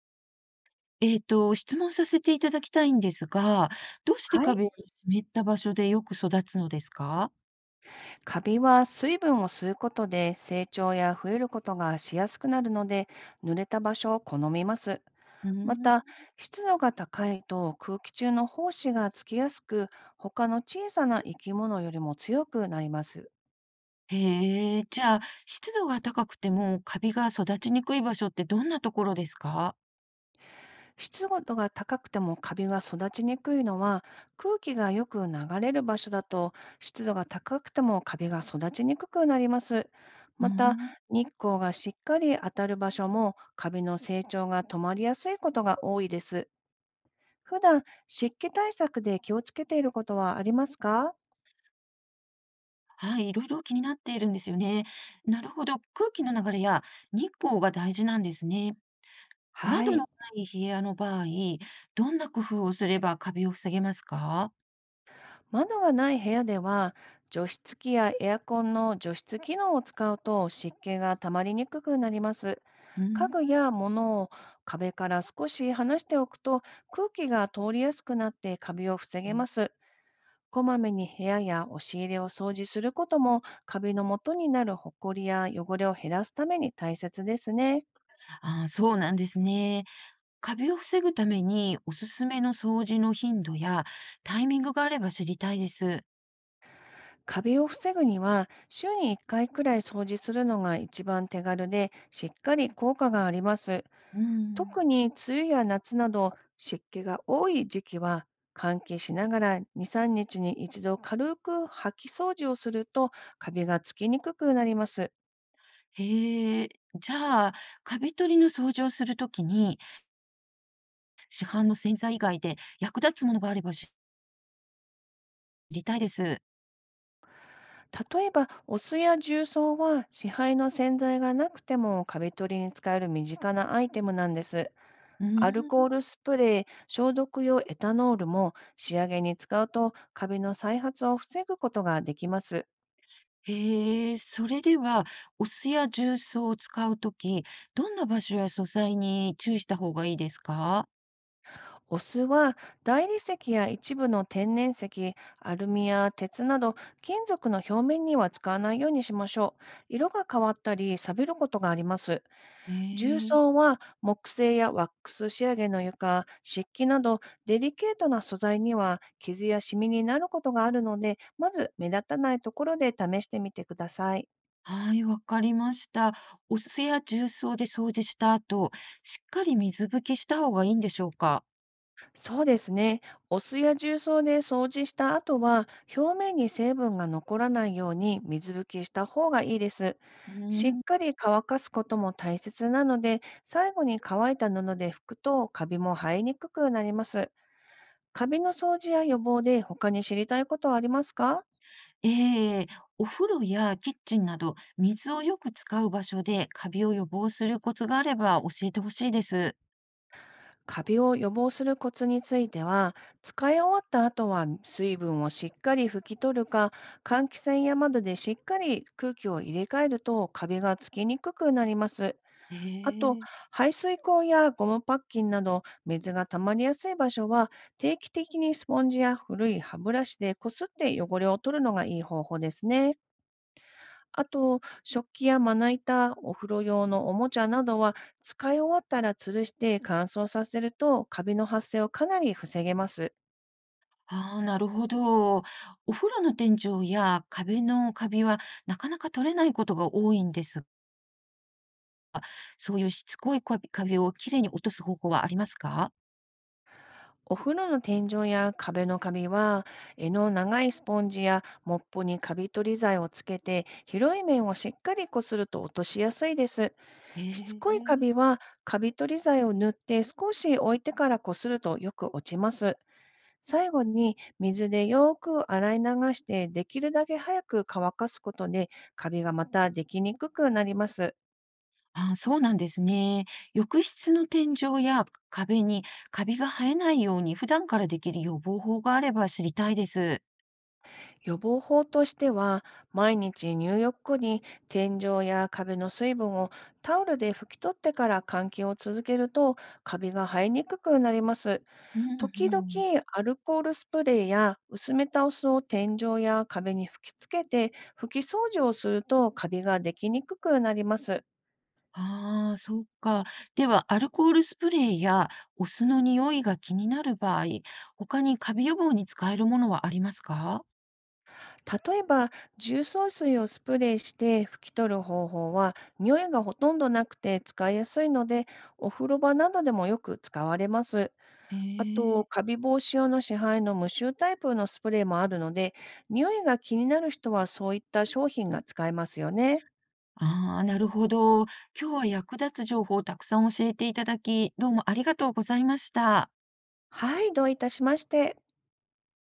質問させていただきたいんですが、どうしてはい。壁に湿った場所でよく育つのですか？カビは水分を吸うことで成長や増えることがしやすくなるので、濡れた場所を好みます。うーまん。た、湿度が高いと空気中の胞子がつきやすく、他の小さな生き物よりも強くなります。へえ、じゃあ、湿度が高くてもカビが育ちにくい場所ってどんなところですか？湿度が高くてもカビが育ちにくいのは、空気がよく流れる場所だと湿度が高くてもカビが育ちにくくなります。うーまた、ん。日光がしっかり当たる場所もカビの成長が止まりやすいことが多いです。普段湿気対策で気をつけていることはありますか？はい、いろいろ気になっているんですよね。なるほど、空気の流れや日光が大事なんですね。は窓のない。い部屋の場合、どんな工夫をすればカビを防げますか？窓がない部屋では、除湿機やエアコンの除湿機能を使うと湿気が溜まりにくくなります。う家具ーや物を壁から少し離しておくと、空気が通りやすくなってカビを防うげん、ます。こまめに部屋や押し入れを掃除することも、カビの元になるホコリや汚れを減らすために大切ですね。ああ、そうなんですね。カビを防ぐためにおすすめの掃除の頻度やタイミングがあれば知りたいです。カビを防ぐには、週に1回くらい掃除するのが一番手軽でしっかり効果があります。うん。特に梅雨や夏など湿気が多い時期は、換気しながら2、3日にちに一度軽く掃き掃除をすると、カビがつきにくくなります。へえ、じゃあ、カビ取りの掃除をするときに、市販の洗剤以外で役立つものがあれば知りたいです。例えば、お酢や重曹は市販の洗剤がなくてもカビ取りに使える身近なアイテムなんです。うアルコん。ールスプレー、消毒用エタノールも仕上げに使うと、カビの再発を防ぐことができます。へえ、それでは、お酢や重曹を使うとき、どんな場所や素材に注意した方がいいですか？お酢は、大理石や一部の天然石、アルミや鉄など金属の表面には使わないようにしましょう。色が変わったり錆びることがあります。重ええ。曹は、木製やワックス仕上げの床、漆器などデリケートな素材には傷やシミになることがあるので、まず目立たないところで試してみてください。はい、わかりました。お酢や重曹で掃除した後、しっかり水拭きした方がいいんでしょうか？そうですね。お酢や重曹で掃除した後は、表面に成分が残らないように水拭きした方がいいです。うーしっん。かり乾かすことも大切なので、最後に乾いた布で拭くとカビも生えにくくなります。カビの掃除や予防で他に知りたいことはありますか？ええ、お風呂やキッチンなど、水をよく使う場所でカビを予防するコツがあれば教えてほしいです。カビを予防するコツについては、使い終わった後は水分をしっかり拭き取るか、換気扇や窓でしっかり空気を入れ替えるとカビがつきにくくなります。あと、ええ。排水口やゴムパッキンなど水が溜まりやすい場所は、定期的にスポンジや古い歯ブラシでこすって汚れを取るのがいい方法ですね。あと、食器やまな板、お風呂用のおもちゃなどは、使い終わったら吊るして乾燥させると、カビの発生をかなり防げます。ああ、なるほど。お風呂の天井や壁のカビはなかなか取れないことが多いんですが、そういうしつこいカビカビをきれいに落とす方法はありますか？お風呂の天井や壁のカビは、柄の長いスポンジやモップにカビ取り剤をつけて、広い面をしっかりこすると落としやすいです。えしつこいカえ。ビは、カビ取り剤を塗って少し置いてからこするとよく落ちます。最後に水でよく洗い流して、できるだけ早く乾かすことでカビがまたできにくくなります。あ、そうなんですね。浴室の天井や壁にカビが生えないように普段からできる予防法があれば知りたいです。予防法としては、毎日入浴後に天井や壁の水分をタオルで拭き取ってから換気を続けると、カビが生えにくくなります。うん時々うん。アルコールスプレーや薄めたお酢を天井や壁に吹きつけて拭き掃除をすると、カビができにくくなります。ああ、そうか。では、アルコールスプレーやお酢の匂いが気になる場合、他にカビ予防に使えるものはありますか？例えば、重曹水をスプレーして拭き取る方法は、匂いがほとんどなくて使いやすいので、お風呂場などでもよく使われます。へあと、え。カビ防止用の市販の無臭タイプのスプレーもあるので、匂いが気になる人はそういった商品が使えますよね。ああ、なるほど。今日は役立つ情報をたくさん教えていただき、どうもありがとうございました。はい、どういたしまして。